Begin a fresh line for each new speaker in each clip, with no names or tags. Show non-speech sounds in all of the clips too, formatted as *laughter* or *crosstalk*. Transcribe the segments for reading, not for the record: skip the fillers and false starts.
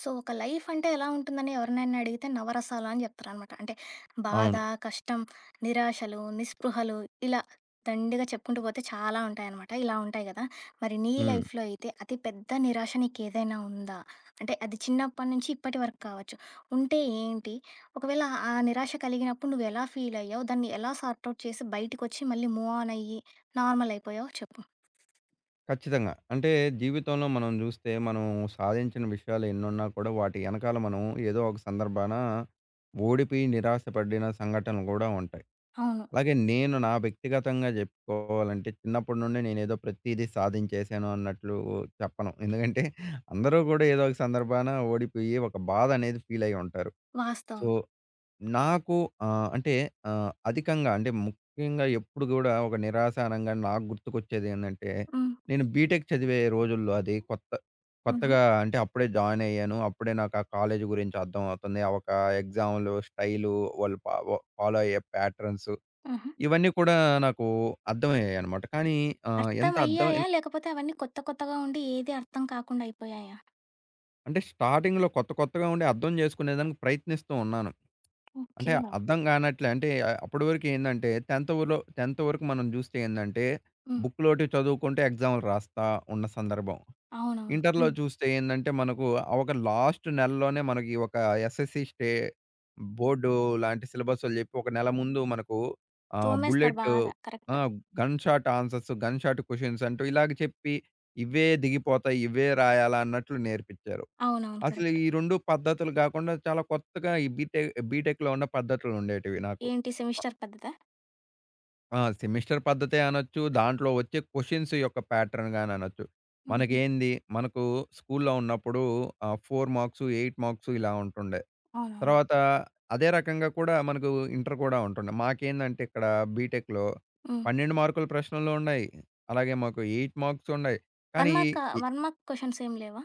So, ఒక life అంటే ఎలా ఉంటుందని ఎవరినైనా అడిగితే నవరసాలు అని చెప్తారనమాట. అంటే బాధ,
అవును.
కష్టం, నిరాశలు, నిస్పృహలు ఇలా దండిగా చెప్పుకుంటూ పోతే చాలా ఉంటాయనమాట. ఇలా ఉంటాయి కదా! మరి నీ
హ్మ్.
లైఫ్‌లో అయితే అతి పెద్ద నిరాశ నీకేదైనా ఉందా? అంటే అది చిన్నప్పటి నుంచి ఇప్పటి వరకు కావచ్చు. ఉంటే ఏంటి? ఒకవేళ ఆ నిరాశ కలిగినప్పుడు నువ్వెలా ఫీల్ అయ్యావు? దాన్ని ఎలా సార్ట్ ఔట్ చేసి బయటికొచ్చి మళ్ళీ మూవ్ ఆన్ అయ్యి నార్మల్ అయిపోయావో చెప్పు?
ఖచ్చితంగా. అంటే జీవితంలో మనం జూస్తే మనం సాధించిన విషయాలు ఎన్నున్నా కూడా వాటి ఎనకాల మనం ఏదో ఒక సందర్భాన ఓడిపోయి నిరాశపడిన సంఘటనలు గూడా ఉంటాయి.
అవును.
అలాగే నేను నా వ్యక్తిగతంగా జెప్పుకోవాలంటే చిన్నప్పటి నుండి నేనేదో ప్రతీదీ సాధించేశాను అన్నట్లు చెప్పను. ఎందుకంటే అందరూ గూడా ఏదో ఒక సందర్భాన ఓడిపోయి ఒక బాధ అనేది ఫీల్ అయ్యి ఉంటారు. సో
వాస్తవం.
నాకు అంటే అధికంగా అంటే ముఖ్యంగా ఎప్పుడు గూడా ఒక నిరాశ అనంగా నాకు గుర్తుకొచ్చేదేందంటే,
హ్మ్.
నేను బీటెక్ చదివే రోజుల్లో అది కొత్త
హుహు.
కొత్తగా అంటే అప్పుడే జాయిన్ అయ్యాను. అప్పుడే నాకు ఆ కాలేజీ గురించి అర్థమవుతుంది. ఆ ఒక ఎగ్జామ్‌లు, స్టైలు వాళ్ళు పా వ ఫాలో అయ్యే ప్యాటర్న్స్
హుహు.
ఇవన్నీ కూడా నాకు అర్థమయ్యాయన్నమాట. కానీ ఎంత
అర్థమయ్యాయా?
అర్థమైన
లేకపోతే అవన్నీ కొత్త కొత్తగా ఉండి ఏది అర్థం కాకుండా అయిపోయాయా?
అంటే స్టార్టింగ్‌లో కొత్త కొత్తగా ఉండి అర్థం జేసుకునేదానికి ప్రయత్నిస్తూ ఉన్నాను. అంటే
ఓకే.
అర్థం కానట్లే. అంటే అప్పటి వరకు ఏందంటే 10థ్ ఊర్లో 10థ్ వరకు మనం జూస్తే ఏందంటే
హ్మ్.
బుక్‌లోటి చదువుకుంటే ఎగ్జామ్‌లు రాస్తా ఉన్న సందర్భం.
అవునవును.
ఇంటర్‌లో
హ్మ్.
చూస్తే ఏందంటే మనకు ఆ ఒక లాస్ట్ నెలలోనే మనకి ఒక ఎస్ఎస్‌సి స్టే బోర్డు లాంటి సిలబసులు జెప్పి ఒక నెల ముందు మనకు
తోమేస్తారు
బుల్లెట్
బాగా.
ఆ!
Correct.
Gun shot answers, gun shot questions అంటూ ఇలాగ చెప్పి ఇవే దిగిపోతాయి. ఇవే రాయాలా అన్నట్లు నేర్పించారు.
అవునవును.
అసలు
కరెక్ట్.
ఈ 2 పద్ధతులు గాకుండా చాలా కొత్తగా ఈ బీటెక్‌లో ఉన్న పద్ధతులుండేటివి నాకు.
ఏంటి సెమిస్టర్ పద్ధతా?
ఆ! సెమిస్టర్ పద్ధతే అనొచ్చు. దాంట్లో వచ్చే క్వెషన్స్ యొక్క ప్యాటర్న్ గాని అనొచ్చు.
హుహు.
మనకేంది మనకు స్కూల్లో ఉన్నప్పుడు 4 మార్క్స్, 8 మార్క్స్ ఇలా ఉంటుండే.
అవునవును.
తర్వాత అదే రకంగా కూడా మనకు ఇంటర్ కూడా ఉంటుండే. మాకేందంటే ఇక్కడ బీటెక్‌లో
హ్మ్.
12 మార్కుల ప్రశ్నలున్నాయి. అలాగే మాకు 8 మార్క్స్ ఉన్నాయి.
1
కానీ
మార్కా 1 మార్క్ క్వెషన్స్ ఏమి లేవా?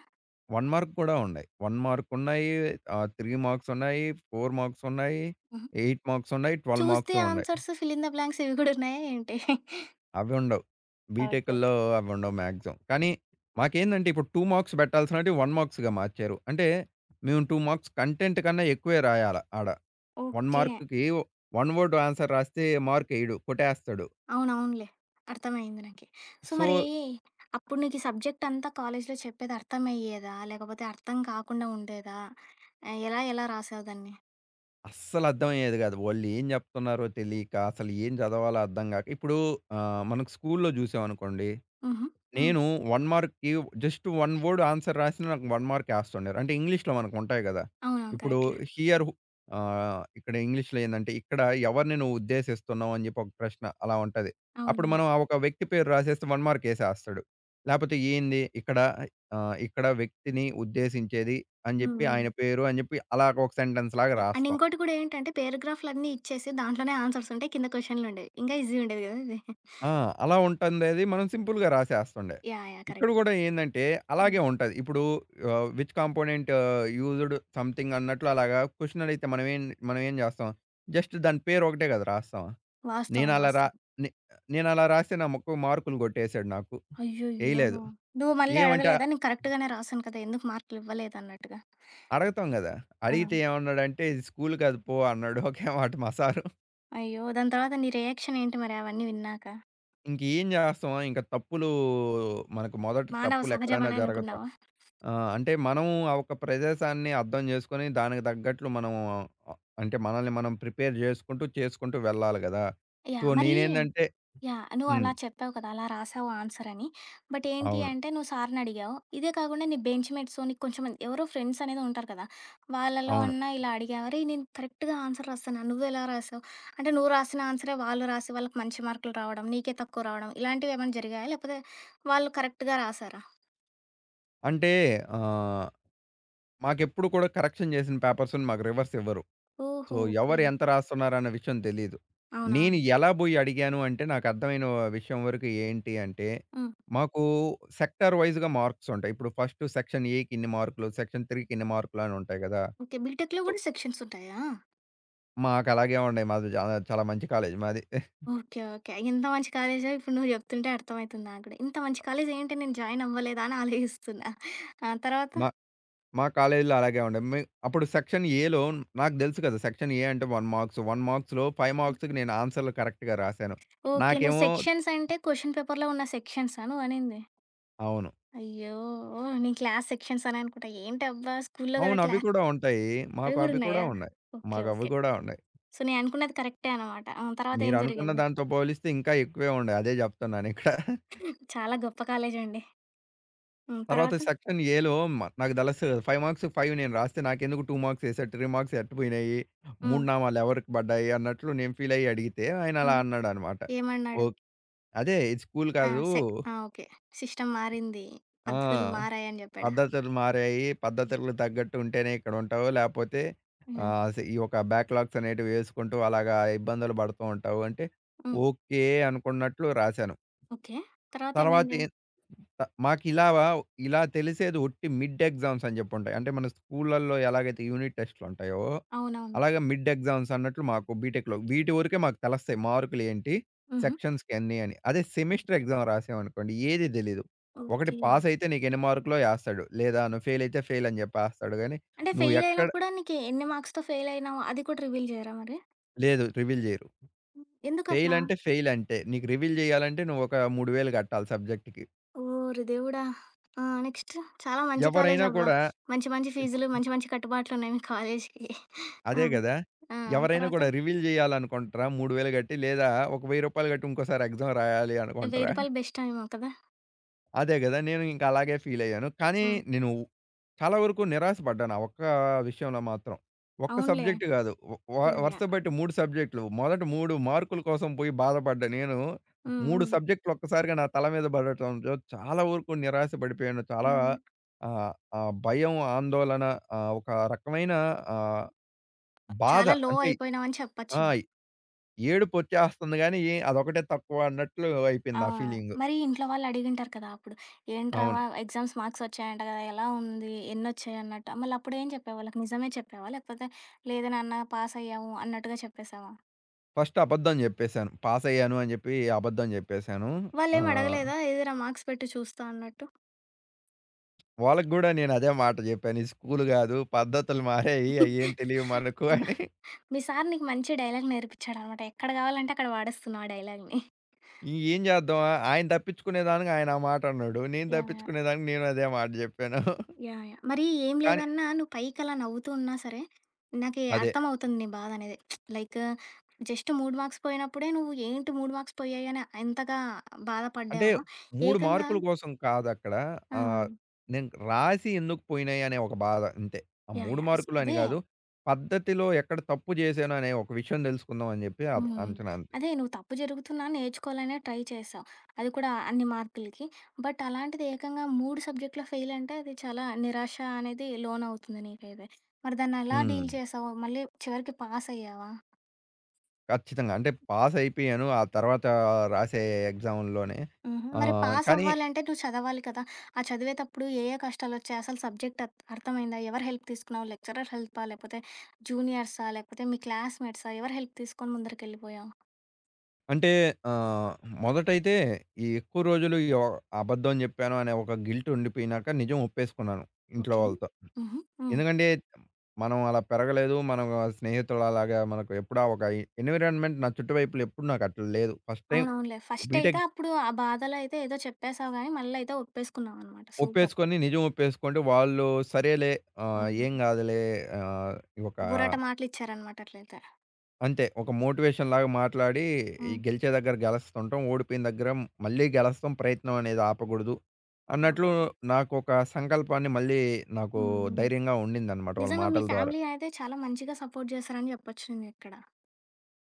1 మార్క్ కూడా ఉన్నాయి. 1 మార్క్ ఉన్నాయి. 3 మార్క్స్ ఉన్నాయి. 4 మార్క్స్ ఉన్నాయి.
హుహు.
8 మార్క్స్ ఉన్నాయి. 12
చూస్ ది
మార్క్స్ ఉన్నాయి.
Answers, fill in the blanks ఇవి గూడా ఉన్నాయా ఏంటి?
అవి ఉండవు.
ఓకే. ఓకే.
బీటెక్‌ల్లో అవి ఉండవు మాక్సిమం. కానీ మాకేందంటే ఇప్పుడు 2 మార్క్స్ పెట్టాల్సినటివి 1 మార్క్స్‌గా మార్చారు. అంటే మేము 2 మార్క్స్ కంటెంట్ కన్నా ఎక్కువే రాయాల ఆడ. 1
ఓకే.
మార్క్‌కి 1 వర్డ్ ఆన్సర్ రాస్తే మార్క్ ఎయడు. కొట్టేస్తాడు.
అవునవునులే. అర్థమయింది నాకి. సో,
సో,
మరి అప్పుడు నీకు ఈ సబ్జెక్ట్ అంతా కాలేజీలో చెప్పేది అర్థమయ్యేదా? లేకపోతే అర్థం కాకుండా ఉండేదా? ఎలా ఎలా రాసావు దాన్ని?
అస్సలు అర్థమయ్యేది కాదు. వాళ్ళు ఏం చెప్తున్నారో తెలియక అసలు ఏం చదవాలో అర్థం కాక ఇప్పుడు మనకు స్కూల్‌లో చూసామనుకోండి
హుహు. హ్మ్.
నేను 1 మార్క్‌కి జస్ట్ 1 వర్డ్ ఆన్సర్ రాసినా నాకు 1 మార్కేస్తుండారు. అంటే ఇంగ్లీష్‌లో మనకుంటాయి గదా!
అవునవును.
ఇప్పుడు
కరెక్ట్‌లే.
హియర్ ఇక్కడ ఇంగ్లీష్‌లో ఏందంటే, ఇక్కడ ఎవరిని నువ్వు ఉద్దేశిస్తున్నావు అని జెప్పి ఒక ప్రశ్న అలా ఉంటది. అప్పుడు
అవునవును.
మనం ఆ ఒక వ్యక్తి పేరు రాసేస్తే 1 మార్కేసేస్తాడు. లేపోతే ఏంది ఇక్కడ ఇక్కడ వ్యక్తిని ఉద్దేశించేది అని
హ్మ్.
జెప్పి
హ్మ్.
ఆయన పేరు అని జెప్పి అలాగ ఒక సెంటెన్స్ లాగా
యాహ్! అండ్
రాస్తాం.
ఇంకోటి కూడా ఏంటంటే పేరాగ్రాఫ్‌లన్నీ ఇచ్చేసి దాంట్లోనే ఆన్సర్స్ ఉంటాయి. కింద క్వెషన్‌లుండేవి. ఇంకా ఈజీ ఉండేది గదా! ఇది.
ఆ! అలా ఉంటందది మనం సింపుల్‌గా రాసేస్తుండే.
యాహ్! యాహ్!
ఇక్కడ
కరెక్ట్.
గూడా ఏందంటే,
హ్మ్.
అలాగే ఉంటది. ఇప్పుడు విచ్ కాంపోనెంట్ యూజ్డ్ సంథింగ్ అన్నట్లు అలాగా క్వెషన్ అడిగితే మనమేం మనమేం జేస్తాం? జస్ట్ దాని పేరు ఒకటే గదా! రాస్తాం.
వాస్తవం.
నేనలా రా
వాస్తవం.
నే నేనలా రాస్తే నా మొక్క మార్కులు గొట్టేసాడు నాకు.
అయ్యయ్యో!
ఎయలేదు.
నువ్వు మళ్ళీ
ఏమంటే
అడగలేదా? నేను కరెక్ట్‌గానే రాసాను కదా! ఎందుకు మార్కులివ్వలేదన్నట్టుగా?
అడగతాం గదా!
ఆ!
అడిగితే ఏమన్నాడంటే, "ఇది స్కూల్ కాదు పో" అన్నాడు. *laughs* ఒకే మాట మా సారు.
అయ్యో! దాని తర్వాత నీ రియాక్షన్ ఏంటి మరి అవన్నీ విన్నాక?
ఇంకేం జేస్తాం? ఇంక తప్పులు మనకు మొదట
మానవ
తప్పులెక్కడైనా
సహజమనే
జరగతా
అనుకున్నావా?
ఆ! అంటే మనం ఆ ఒక ప్రదేశాన్ని అర్థం చేసుకొని దానికి తగ్గట్లు మనం అంటే మనల్ని మనం ప్రిపేర్ చేసుకుంటూ, చేసుకుంటూ వెళ్ళాలి గదా! So,
yeah! మరి
నేనేందంటే
యాహ్!
హ్మ్.
నువ్వలా చెప్పావు కదా! అలా రాసావు ఆన్సర్ అని. బట్ ఏంటి
అవును.
అంటే నువ్వు సార్‌ని అడిగావు. ఇదే కాకుండా నీ బెంచ్ మేట్సో, నీకు కొంచెం మంది ఎవరో ఫ్రెండ్స్ అనేది ఉంటారు కదా! వాళ్ళలో
అవును.
అన్నా ఇలా అడిగావా? "అరేయ్! నేను కరెక్ట్‌గా ఆన్సర్ రాసానా? నువ్వెలా రాసావు?" అంటే నువ్వు రాసిన ఆన్సరే వాళ్ళు రాసి వాళ్ళకి మంచి మార్కులు రావడం, నీకే తక్కువ రావడం ఇలాంటివి ఏమైనా జరిగాయా? లేకపోతే వాళ్ళు కరెక్ట్‌గా రాసారా?
అంటే ఆహ్, మాకెప్పుడు కూడా కరెక్షన్ చేసిన పేపర్స్‌ని మాకు రివర్స్ ఇవ్వరు. సో,
ఓహో! ఓకే.
ఎవరు ఎంత రాస్తున్నారన్న విషయం తెలీదు. నేను
అవునవునులే.
ఎలా బోయి అడిగాను అంటే నాకర్థమైన విషయం వరకు ఏంటి అంటే,
హ్మ్.
మాకు సెక్టార్ వైస్‌గా మార్క్స్ ఉంటాయి. ఇప్పుడు ఫస్ట్ సెక్షన్ ఏకి ఇన్ని మార్కులు, సెక్షన్ 3కి ఇన్ని మార్కులు అని ఉంటాయి గదా!
ఓకే. బీటెక్‌లో
సో
కూడా సెక్షన్స్ ఉంటాయా?
మాకలాగే ఉండేయి. మాది చాలా, చాలా మంచి కాలేజీ మాది.
ఓకే. ఓకే. ఇంత మంచి కాలేజా ఇప్పుడు నువ్వు చెప్తుంటే అర్థమైతుంది నాకు కూడా. ఇంత మంచి కాలేజ్ ఏంటి నేను జాయిన్ అవ్వలేదా అని ఆలోచిస్తున్నా. ఆ! తర్వాత?
మా మా కాలేజీలో అలాగే ఉండే. అప్పుడు సెక్షన్ ఏలో నాకు తెలుసు కదా! సెక్షన్ ఏ అంటే 1 మార్క్స్. 1 మార్క్స్‌లో 5 మార్క్స్‌కి నేను ఆన్సర్‌లు కరెక్ట్‌గా రాసాను.
ఓకే. నువ్వు
నాకేమో
సెక్షన్స్ అంటే క్వెషన్ పేపర్‌లో ఉన్న సెక్షన్సా నువ్వనింది?
అవును.
అయ్యో! ఓహ్! నేను క్లాస్ సెక్షన్స్ అని అనుకుంటా. ఏంటబ్బా! స్కూల్లో కదా
అవును. అవి కూడా ఉంటాయి.
అవి
మాకు
కూడా
అవి కూడా
ఉన్నాయా?
ఉన్నాయి.
ఓకే.
మాకు అవి
ఓకే.
కూడా ఉన్నాయి.
సో, నేను అనుకున్నది కరెక్టే అనమాట. ఆ! తర్వాత ఏం
మీరనుకున్న
జరిగింది?
దాంతో పోలిస్తే ఇంకా ఎక్కువే ఉండే. అదే చెప్తున్నానిక్కడ.
చాలా గొప్ప కాలేజ్ అండి. హ్మ్.
తర్వాత
తర్వాత?
సెక్షన్ ఏలో నాకు తెలుసు 5 మార్క్స్ 5 నేను రాస్తే నాకెందుకు 2 మార్క్స్ ఏసారు, 3 మార్క్స్ ఎట్టుపోయినాయి.
హ్మ్.
3 నామాలు ఎవరికి పడ్డాయి అన్నట్లు నేను ఫీల్ అయ్యి అడిగితే ఆయన
హ్మ్.
అలా అన్నాడనమాట.
ఏమన్నాడు?
ఓహ్! అదే ఇది స్కూల్
ఆ!
కాదు.
ఆ! ఓకే. సిస్టమ్ మారింది. పద్ధతులు
ఆ!
మారాయని చెప్పాడా?
పద్ధతులు మారాయి. పద్ధతులు తగ్గట్టు ఉంటేనే ఇక్కడ ఉంటావు. లేపోతే
హ్మ్.
ఆహ్, స ఈ యొక్క బ్యాక్‌లాగ్స్ అనేటివి వేసుకుంటూ అలాగా ఇబ్బందులు పడుతూ ఉంటావు. అంటే
హ్మ్.
ఓకే అనుకున్నట్లు రాశాను.
ఓకే.
తర్వాత
తర్వాతేమైంది?
ఏ త మాకిలా ఇలా ఇలా తెలిసేది ఒట్టి మిడ్ ఎగ్జామ్స్ అని జెప్పుంటాయి. అంటే మన స్కూళ్ళల్లో ఎలాగైతే యూనిట్ టెస్ట్‌లుంటాయో,
అవునవును.
అలాగే మిడ్ ఎగ్జామ్స్ అన్నట్లు మాకు బీటెక్‌లో. వీటి వరకే మాకు తెలుస్తాయి మార్కులేంటి,
హుహు.
సెక్షన్స్‌కి అన్నీ అని. అదే సెమిస్టర్ ఎగ్జామ్ రాసామనుకోండి ఏది తెలీదు. ఒకటి
ఓకే.
పాస్ అయితే నీకెన్ని మార్కులో ఏస్తాడు. లేదా నువ్వు ఫెయిల్ అయితే ఫెయిల్ అని జెప్పేస్తాడు గానీ,
అంటే
నువ్వు
ఫెయిల్ అయినా
ఎక్కడ
కూడా నీకు ఎన్ని మార్క్స్‌తో ఫెయిల్ అయినావు అది కూడా రివీల్ చేయరా మరి?
లేదు రివీల్ జెయ్యరు. ఫెయిల్
ఎందుకట్లా?
అంటే ఫెయిల్ అంతే. నీకు రివీల్ జెయ్యాలంటే నువ్వు ఒక 3000 గట్టాలి సబ్జెక్ట్‌కి.
ఓరి దేవుడా! ఆ! నెక్స్ట్ చాలా మంచి కాలేజ్
ఎవరైనా
అబ్బా!
కూడా
మంచి మంచి ఫీజులు, మంచి మంచి కట్టుబాట్లున్నాయి మీ కాలేజ్‌కి. ఆ!
అదే గదా!
ఆ!
ఎవరైనా
తర్వాత
గూడా
రూ.
రివీల్ జేయాలనుకుంటరా? 3000 గట్టి లేదా ఒక రూ. 1000 గట్టి ఇంకోసారి ఎగ్జామ్ రాయాలి
1000
అనుకుంటరా?
రూపాయలు బెస్ట్ ఏమో కదా!
అదే గదా! నేను ఇంక అలాగే ఫీలయ్యాను. కానీ
హ్మ్.
నేను చాలా వరకు నిరాశ పడ్డాను. ఆ ఒక్క విషయంలో మాత్రం. ఒక్క
అవునులే.
సబ్జెక్ట్ గాదు. వ వ
యాహ్! యాహ్!
వరుసబెట్టి 3 సబ్జెక్టులు. మొదట 3 మార్కుల కోసం పోయి బాధపడ్డ నేను
హ్మ్.
3
హ్మ్.
సబ్జెక్టులు ఒక్కసారిగా నా తల మీద పడటంతో చాలా వరకు నిరాశ పడిపోయాను. చాలా
యాహ్! యాహ్!
ఆహ్, ఆహ్, భయం, ఆందోళన ఒక రకమైన ఆహ్, బాధ.
చాలా లో
అంటే
అయిపోయినావని చెప్పొచ్చు.
ఆ! ఏడుపొచ్చేస్తుంది గానీ, అదొకటే తక్కువ అన్నట్లు
ఆ!
అయిపోయింది నా ఫీలింగు.
మరి ఇంట్లో వాళ్ళు అడిగింటారు కదా! అప్పుడు. "ఏంట్రా
అవును.
ఎగ్జామ్స్ మార్క్స్ వచ్చాయంట కదా! ఎలా ఉంది? ఎన్నొచ్చాయి?" అన్నట్టు. మళ్ళీ అప్పుడేం చెప్పావు వాళ్ళకి? నిజమే చెప్పావా? లేకపోతే లేదు నాన్న పాస్ అయ్యాము అన్నట్టుగా చెప్పేసావా?
ఫస్ట్ అబద్ధం జెప్పేసాను. పాసయ్యాను అని జెప్పి అబద్ధం జెప్పేసాను.
వాళ్ళేమి
ఆహ్,
అడగలేదా? "ఇదిరా మార్క్స్ పెట్టు చూస్తా" అన్నట్టు.
వాళ్ళకి గూడా నేను అదే మాట జెప్పాను. ఇది స్కూలు గాదు, పద్ధతులు మారాయి, అయ్యేం తెలియవు మనకు
అబ్బా!
అని.
మీ సార్ నీకు మంచి డైలాగ్ నేర్పించాడనమాట. ఎక్కడ కావాలంటే అక్కడ వాడేస్తున్నావు ఆ డైలాగ్‌ని.
ఈ ఏం జేద్దాం ఆయన తప్పించుకునేదానికి ఆయన ఆ మాట అన్నాడు. నేను
యాహ్! యాహ్!
తప్పించుకునేదానికి నేను అదే మాట జెప్పాను.
యాహ్! యాహ్! మరి ఏం
కానీ
లేదన్నా నువ్వు పైకలా నవ్వుతూ ఉన్నా సరే, నాకి
అదే.
అర్థమవుతుంది నీ బాధనేది. లైక్ జస్ట్ 3 మార్క్స్ పోయినప్పుడే నువ్వు ఏంటి 3 మార్క్స్ పోయాయని ఎంతగా
అంటే
బాధపడ్డావో,
3
ఏకంగా
మార్కుల కోసం కాదక్కడ.
ఆ!
ఆహ్, నేను రాసి ఎందుకు పోయినాయి అనే ఒక బాధ అంతే. ఆ
యాహ్!
3
యాహ్!
మార్కులు అని
అదే.
గాదు. పద్ధతిలో ఎక్కడ తప్పు జేశాను అనే ఒక విషయం దెలుసుకుందాం అని జెప్పి
హ్మ్. హ్మ్.
అంచనా అంతే.
అదే నువ్వు తప్పు జరుగుతున్నా నేర్చుకోవాలనే ట్రై చేశావు. అది కూడా అన్ని మార్కులకి. బట్ అలాంటిది ఏకంగా 3 సబ్జెక్ట్‌లో ఫెయిల్ అంటే అది చాలా నిరాశ అనేది లోనవుతుంది నీకైతే. మరి దాన్నెలా
హ్మ్.
డీల్ చేశావు? మళ్ళీ చివరికి పాసయ్యావా?
ఖచ్చితంగా. అంటే పాస్ అయిపోయాను. ఆ తర్వాత రాసే ఎగ్జామ్‌ల్లోనే.
హుహు. మరి పాస్
కానీ
అవ్వాలంటే నువ్వు చదవాలి కదా! ఆ చదివేతప్పుడు ఏ ఏ కష్టాలొచ్చాయి? అసలు సబ్జెక్ట్ అర్థమైందా? ఎవరి హెల్ప్ తీసుకున్నావు? లెక్చరర్ హెల్పా? లేకపోతే జూనియర్సా? లేకపోతే మీ క్లాస్‌మేట్సా? ఎవరి హెల్ప్ తీసుకొని ముందరికెళ్ళిపోయావు?
అంటే ఆహ్, మొదటైతే ఎక్కువ రోజులు ఈ అబద్ధం జెప్పాను అనే ఒక గిల్ట్ ఉండిపోయినాక నిజం ఒప్పేసుకున్నాను ఇంట్లో
ఓకే.
వాళ్ళతో.
హుహు. హ్మ్.
ఎందుకంటే మనం అలా పెరగలేదు. మనం స్నేహితులలాగా మనకు ఎప్పుడా ఒక ఎన్విరాన్మెంట్ నా చుట్టువైపుల ఎప్పుడు నాకు అట్లా లేదు. ఫస్ట్ టైమ్
అవునవునులే. ఫస్ట్ అయితే
బీటెక్
అప్పుడు ఆ బాధలో అయితే ఏదో చెప్పేసావు గానీ, మళ్ళీ అయితే ఒప్పేసుకున్నావనమాట. సూపర్.
ఒప్పేసుకొని నిజం ఒప్పేసుకుంటే వాళ్ళు సరేలే ఏం
హ్మ్.
కాదులే ఆహ్, ఒక
ఊరట మాటలిచ్చారనమాట అట్లయితే.
అంతే ఒక మోటివేషన్‌లాగా మాట్లాడి ఈ
హ్మ్.
గెలిచే దగ్గర గెలుస్తుంటాం. ఓడిపోయిన దగ్గర మళ్ళీ గెలుస్తాం. ప్రయత్నం అనేది ఆపకూడదు అన్నట్లు
అవును.
నాకొక సంకల్పాన్ని మళ్ళీ నాకు
హ్మ్. హ్మ్.
ధైర్యంగా ఉండిందన్నమాట వాళ్ళ
నిజంగా మీ
మాటల ద్వారా.
ఫ్యామిలీ అయితే చాలా మంచిగా సపోర్ట్ చేశారని చెప్పొచ్చు నీకిక్కడ.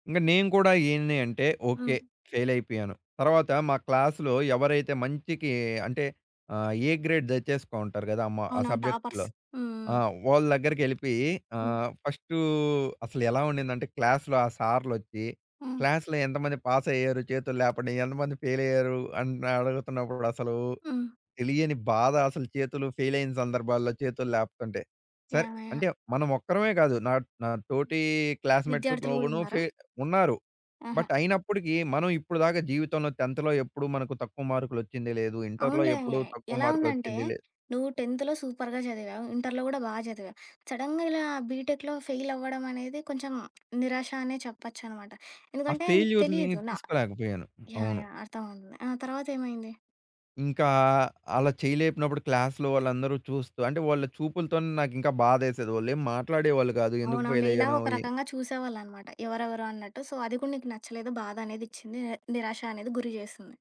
ఇంక నేను కూడా ఏంది అంటే,
హ్మ్.
ఓకే. ఫెయిల్ అయిపోయాను. తర్వాత మా క్లాస్‌లో ఎవరైతే మంచికి అంటే ఏ గ్రేడ్ తెచ్చేసుకో ఉంటారు గదా! అమ్మ ఆ
అవునవును. టాపర్స్.
సబ్జెక్ట్‌లో. ఆ!
హ్మ్.
వాళ్ళ దగ్గరికెళ్ళిపోయి
హ్మ్.
ఫస్టు అసలు ఎలా ఉండిందంటే క్లాస్‌లో ఆ సార్‌లొచ్చి,
హ్మ్.
క్లాస్‌లో ఎంతమంది పాస్ అయ్యారు చేతులు లేపండి, ఎంతమంది ఫెయిల్ అయ్యారు అని అడుగుతున్నప్పుడు అసలు
హ్మ్.
తెలియని బాధ అసలు చేతులు ఫెయిల్ అయిన సందర్భాల్లో చేతులు లేపుతుంటే. సరే
యాహ్! యాహ్!
అంటే మనం ఒక్కరమే కాదు. నా నా తోటి
విద్యార్థులు గూడా
క్లాస్‌మేట్స్‌లోను
ఉన్నారా?
ఫె ఉన్నారు.
ఆహా!
బట్ అయినప్పటికీ మనం ఇప్పుడు దాకా జీవితంలో 10థ్‌లో ఎప్పుడు మనకు తక్కువ మార్కులొచ్చింది లేదు. ఇంటర్‌లో
అవునులే.
ఎప్పుడూ తక్కువ
ఎలా ఉందంటే,
మార్కులొచ్చింది లేదు.
నువ్వు 10థ్‌లో సూపర్‌గా చదివావు. ఇంటర్‌లో గూడా బా చదివావు. సడెన్‌గా ఇలా బీటెక్‌లో ఫెయిల్ అవ్వడం అనేది కొంచెం నిరాశ అనే చెప్పొచ్చనమాట.
ఆ
ఎందుకంటే నీకు
ఫెయిల్యూర్‌ని
తెలీదు.
తీసుకోలేకపోయాను.
యాహ్!
అవును.
యాహ్! అర్థమవుతుంది. ఆ! తర్వాతేమైంది?
ఇంకా అలా చేయలేపినప్పుడు క్లాస్‌లో వాళ్ళందరూ చూస్తూ అంటే వాళ్ళ చూపులతోనే నాకింకా బాధేసేది. వాళ్ళేం మాట్లాడేవాళ్ళు కాదు. ఎందుకు
అవునవునులే.
ఫెయిల్
ఇలా
అయ్యానో
ఒక
ఎ
రకంగా చూసేవాళ్ళనమాట. ఎవరెవరో అన్నట్టు. సో, అది కూడా నీకు నచ్చలేదు. బాధ అనేది ఇచ్చింది. నిరాశ అనేది గురి చేసింది.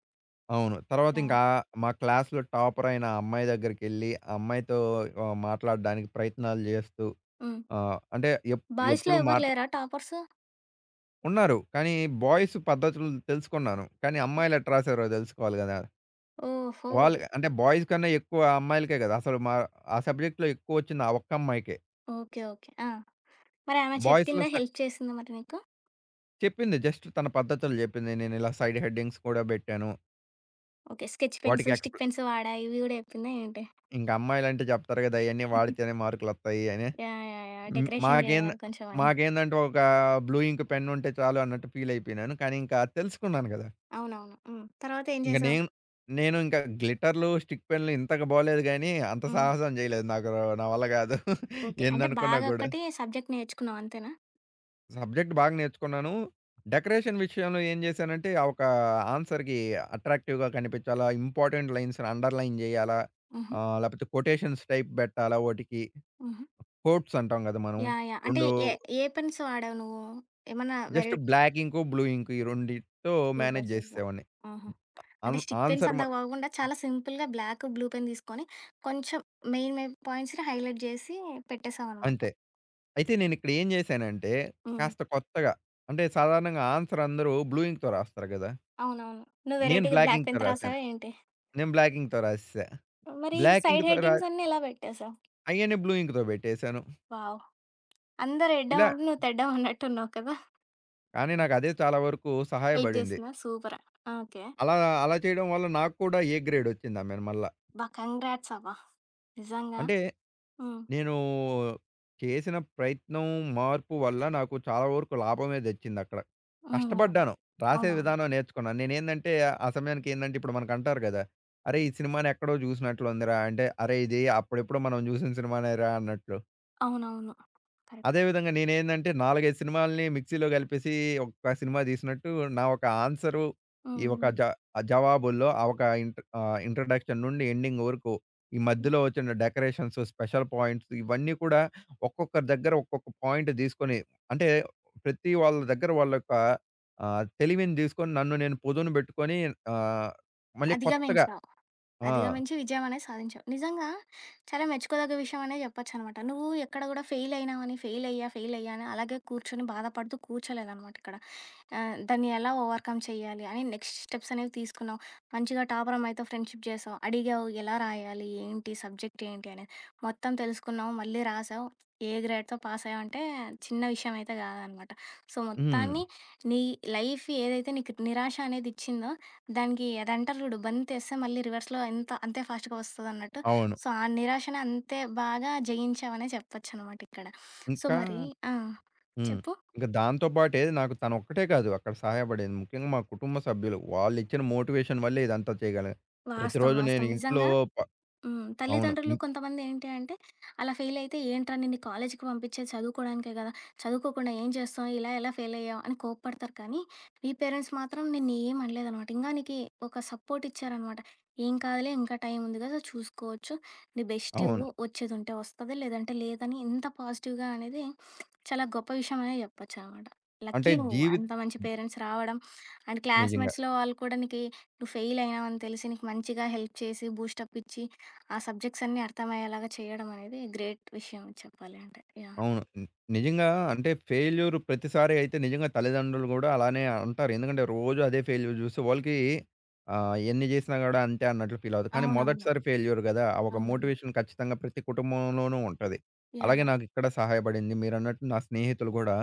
అవును. తర్వాత
యాహ్!
ఇంకా మా క్లాస్‌లో టాపర్ అయిన ఆ అమ్మాయి దగ్గరికెళ్ళి ఆ అమ్మాయితో మాట్లాడడానికి ప్రయత్నాలు చేస్తూ
హ్మ్.
అంటే ఎప్
బాయ్స్‌లో
ఎప్పుడు
ఎవ్వరు
మాట
లేరా టాపర్సు?
ఉన్నారు. కానీ బాయ్స్ పద్ధతులు తెలుసుకున్నాను. కానీ అమ్మాయిలు ఎట్టా రాసారో తెలుసుకోవాలి గదా!
ఓహో!
వాళ్ళు అంటే బాయ్స్ కన్నా ఎక్కువ అమ్మాయిలకే గదా! అసలు మా ఆ సబ్జెక్ట్‌లో ఎక్కువొచ్చింది ఆ ఒక్క అమ్మాయికే.
ఓకే. ఓకే. ఆ! మరి ఆమె
బాయ్స్‌లో
చెప్పిందా?
స
హెల్ప్ చేసిందా మరి నీకు?
చెప్పింది జస్ట్ తన పద్ధతులు జెప్పింది. నేనిలా సైడ్ హెడ్డింగ్స్ కూడా బెట్టాను.
ఓకే. స్కెచ్ పెన్స్,
వాటికి
స్టిక్
ఎక్స్‌ప్లె
పెన్స్ వాడా ఇవి గూడా చెప్పిందా ఏంటి?
ఇంక అమ్మాయిలంటే జెప్తారు గదా! అయన్నీ వాడితేనే మార్కులొత్తాయి అని.
యాహ్! యాహ్! యాహ్!
హ్మ్.
డెకరేషన్ జేయాలి కొంచెం అని.
మాకేందంటే ఒక బ్లూ ఇంక్ పెన్ ఉంటే చాలు అన్నట్టు ఫీల్ అయిపోయినాను. కానీ ఇంకా తెలుసుకున్నాను గదా!
అవునవును. హ్మ్. తర్వాత ఏం
ఇంక
చేసావు?
నేను నేను ఇంకా గ్లిటర్‌లు, స్టిక్ పెన్‌లు ఇంతకు బోలేదు గానీ, అంత
హ్మ్.
సాహసం జేయలేదు. నా వల్ల గాదు.
ఓకే. అంటే
ఎన్ననుకున్నా
బాగా
గూడా.
ఒక్కటి సబ్జెక్ట్ నేర్చుకున్నావు అంతేనా?
*laughs* సబ్జెక్ట్ బాగా నేర్చుకున్నాను. డెకరేషన్ విషయంలో ఏం జేశానంటే, ఆ ఒక ఆన్సర్‌కి అట్రాక్టివ్‌గా కనిపించాలా, ఇంపార్టెంట్ లైన్స్‌ని అండర్‌లైన్ జేయాలా,
హుహు.
లేపోతే కొటేషన్స్ టైప్ బెట్టాలా ఓటికి.
హుహు.
కోట్స్ అంటాం గదా మనం.
యాహ్! యాహ్! అంటే
2
ఏ ఏ పెన్స్ వాడావు నువ్వు? ఏమన్నా
జస్ట్
వెరైటీ పె
బ్లాక్ ఇంకు, బ్లూ ఇంకు ఈ రెండిటితో
సూపర్.
Manage
super.
జేసేసేవాడిని.
ఆహా! అంటే
ఆన్
స్టిక్ పెన్స్
ఆన్సర్
అంత
మొ
కాకుండా చాలా సింపుల్‌గా బ్లాక్, బ్లూ పెన్ తీసుకొని కొంచెం మెయిన్ మెయిన్ పాయింట్స్‌ని హైలైట్ జేసి పెట్టేసావనమాట.
అంతే. అయితే నేనిక్కడ ఏం జేశానంటే,
హ్మ్.
కాస్త కొత్తగా అంటే సాధారణంగా ఆన్సర్ అందరూ బ్లూ ఇంక్‌తో రాస్తారు గదా!
అవునవును. నువ్వు
నేను
వెరైటీ‌గా
బ్లాక్
బ్లాక్
ఇంక్‌తో
పెన్
రాసాను.
రాసావా ఏంటి?
నేను బ్లాక్ ఇంక్‌తో రాసేసా.
మరి
బ్లాక్
సైడ్
ఇంక్‌తో రా
హెడ్డింగ్స్ అన్నీ ఎలా పెట్టేసావు?
అయ్యన్నీ బ్లూ ఇంక్‌తో బెట్టేసాను.
వావ్! అందరు ఎడ్డం
ఇలా
అంటే నువ్వు తెడ్డం అన్నట్టున్నావు కదా!
కానీ నాకదే చాలా వరకు
హెల్ప్
సహాయపడింది.
చేసిందా? సూపర్. ఓకే.
అలా అలా చేయడం వల్ల నాకు కూడా ఏ గ్రేడొచ్చిందామెను మళ్ళా.
అబ్బా! కంగ్రాట్స్ అబ్బా! నిజంగా.
అంటే
హ్మ్.
నేనూ చేసిన ప్రయత్నం, మార్పు వల్ల నాకు చాలా వరకు లాభమే దెచ్చిందక్కడ.
హ్మ్.
కష్టపడ్డాను. రాసే
అవునవును.
విధానం నేర్చుకున్నాను. నేనేందంటే, ఆ సమయానికి ఏందంటే, ఇప్పుడు మనకంటారు గదా! "అరేయ్! ఈ సినిమానెక్కడో జూసినట్లుందిరా" అంటే, "అరేయ్! ఇది అప్పుడెప్పుడో మనం జూసిన సినిమానేరా" అన్నట్లు.
అవునవును. కరెక్ట్.
అదే విధంగా నేనేందంటే 4, 5 సినిమాల్ని మిక్సీలో కలిపేసి ఒక్క సినిమా తీసినట్టు నా ఒక ఆన్సరు ఈ
హ్మ్.
ఒక
హ్మ్.
జ ఆ జవాబుల్లో ఆ ఒక ఇంట్రడక్షన్ నుండి ఎండింగ్ వరకు ఈ
యాహ్!
మధ్యలో వచ్చిన డెకరేషన్స్, స్పెషల్ పాయింట్స్ ఇవన్నీ కూడా ఒక్కొక్కరి దగ్గర ఒక్కొక్క పాయింట్ తీసుకొని అంటే ప్రతి వాళ్ళ దగ్గర వాళ్ళ యొక్క తెలివిని తీసుకొని నన్ను నేను పొదును పెట్టుకొని ఆహ్, మళ్ళీ కొత్తగా
అధిగమించావు.
ఆ!
అధిగమించి విజయం అనేది సాధించావు. నిజంగా చాలా మెచ్చుకోదగ్గ విషయం అనే చెప్పొచ్చనమాట. నువ్వు ఎక్కడ కూడా ఫెయిల్ అయినావని, ఫెయిల్ అయ్యా, ఫెయిల్ అయ్యా అని అలాగే కూర్చొని బాధపడుతూ కూర్చోలేదనమాట ఇక్కడ. ఆ! దాన్ని ఎలా ఓవర్‌కమ్ చెయ్యాలి అని నెక్స్ట్ స్టెప్స్ అనేవి తీసుకున్నావు. మంచిగా టాపర్ అమ్మాయితో ఫ్రెండ్‌షిప్ చేసావు. అడిగావు ఎలా రాయాలి? ఏంటి? సబ్జెక్ట్ ఏంటి? అనేది మొత్తం తెలుసుకున్నావు. మళ్ళీ రాసావు. ఏ గ్రేడ్‌తో పాస్ అయ్యావంటే చిన్న విషయం అయితే కాదనమాట. సో,
హ్మ్.
మొత్తాన్ని నీ లైఫ్ ఏదైతే నీకు నిరాశ అనేది ఇచ్చిందో దానికి అదంటారు చూడు బంతేస్తే మళ్ళీ రివర్స్‌లో ఎంత అంతే ఫాస్ట్‌గా వస్తదన్నట్టు.
అవును.
సో, ఆ నిరాశని అంతే బాగా జయించావనే చెప్పొచ్చనమాట ఇక్కడ. సో,
ఇంకా
మరి ఆ!
హ్మ్.
చెప్పు?
ఇంక దాంతో పాటే నాకు తనొక్కటే కాదు అక్కడ సహాయపడేది. ముఖ్యంగా మా కుటుంబ సభ్యులు. వాళ్ళిచ్చిన మోటివేషన్ వల్లే ఇదంతా చేయగలిగాను.
వాస్తవం.
ప్రతిరోజు నేను
వాస్తవం.
ఇంట్లో
నిజంగా
ప
హ్మ్.
అవును.
తల్లిదండ్రులు
హ్మ్.
కొంతమందేంటి అంటే, అలా ఫెయిల్ అయితే ఏంట్రా నిన్ను కాలేజీకి పంపించేది చదువుకోడానికే గదా! చదువుకోకుండా ఏం చేస్తావు? ఇలా ఎలా ఫెయిల్ అయ్యావు? అని కోప్పడతారు కానీ, మీ పేరెంట్స్ మాత్రం నిన్ను ఏమి అనలేదనమాట. ఇంగా నీకి ఒక సపోర్ట్ ఇచ్చారనమాట. "ఏం కాదులే ఇంకా టైం ఉంది గదా! చూసుకోవచ్చు. నీ బెస్ట్
అవును.
ఇవ్వు. వచ్చేదుంటే వస్తది లేదంటే లేదని" ఇంత పాజిటివ్‌గా అనేది చాలా గొప్ప విషయం అనే చెప్పొచ్చనమాట. లక్కీ
అంటే
నువ్వు.
జీవిత్
అంత మంచి పేరెంట్స్ రావడం అండ్
నిజంగా.
క్లాస్‌మేట్స్‌లో వాళ్ళు కూడా నీకి నువ్వు ఫెయిల్ అయినావని తెలిసి నీకు మంచిగా హెల్ప్ చేసి, బూస్టప్ ఇచ్చి, ఆ సబ్జెక్ట్స్ అన్నీ అర్థమయ్యేలాగా చేయడం అనేది గ్రేట్ విషయం చెప్పాలి అంటే. యాహ్!
అవును. నిజంగా అంటే ఫెయిల్యూర్ ప్రతిసారి అయితే నిజంగా తల్లిదండ్రులు గూడా అలానే అంటారు. ఎందుకంటే రోజు అదే ఫెయిల్యూర్ జూసి వాళ్ళకి ఎన్ని జేసినా గూడా అంతే అన్నట్లు ఫీల్ అవుతారు. కానీ
అవునవును.
మొదటిసారి ఫెయిల్యూర్ గదా! ఆ ఒక
అవునవును.
మోటివేషన్ ఖచ్చితంగా ప్రతి కుటుంబంలోనూ ఉంటది.
యాహ్!
అలాగే
యాహ్!
నాకిక్కడ సహాయపడింది. మీరన్నట్టు నా స్నేహితులు గూడా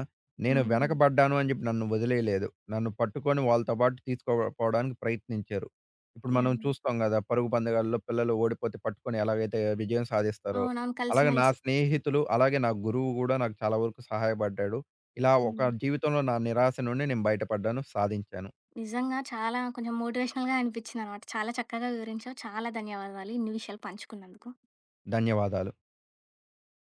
నేను
హ్మ్. హ్మ్.
వెనకబడ్డాను అని జెప్పి నన్ను వదిలేయలేదు. నన్ను పట్టుకొని వాళ్ళతో పాటు తీసుకోపోవడానికి ప్రయత్నించారు. ఇప్పుడు మనం
యాహ్!
చూస్తాం గదా! పరుగు పందెగాల్లో పిల్లలు ఓడిపోతే పట్టుకొని ఎలాగైతే విజయం సాధిస్తారో
అవునవును.
అలాగే నా
కలిసిమెలిసి
స్నేహితులు, అలాగే నా గురువు గూడా నాకు చాలా వరకు సహాయపడ్డాడు. ఇలా ఒక
హ్మ్.
జీవితంలో నా నిరాశ నుండి నేను బయటపడ్డాను, సాధించాను.
నిజంగా చాలా కొంచెం మోటివేషనల్‌గా అనిపించిందనమాట. చాలా చక్కగా వివరించావు. చాలా ధన్యవాదాలు ఇన్ని విషయాలు పంచుకున్నందుకు.
ధన్యవాదాలు.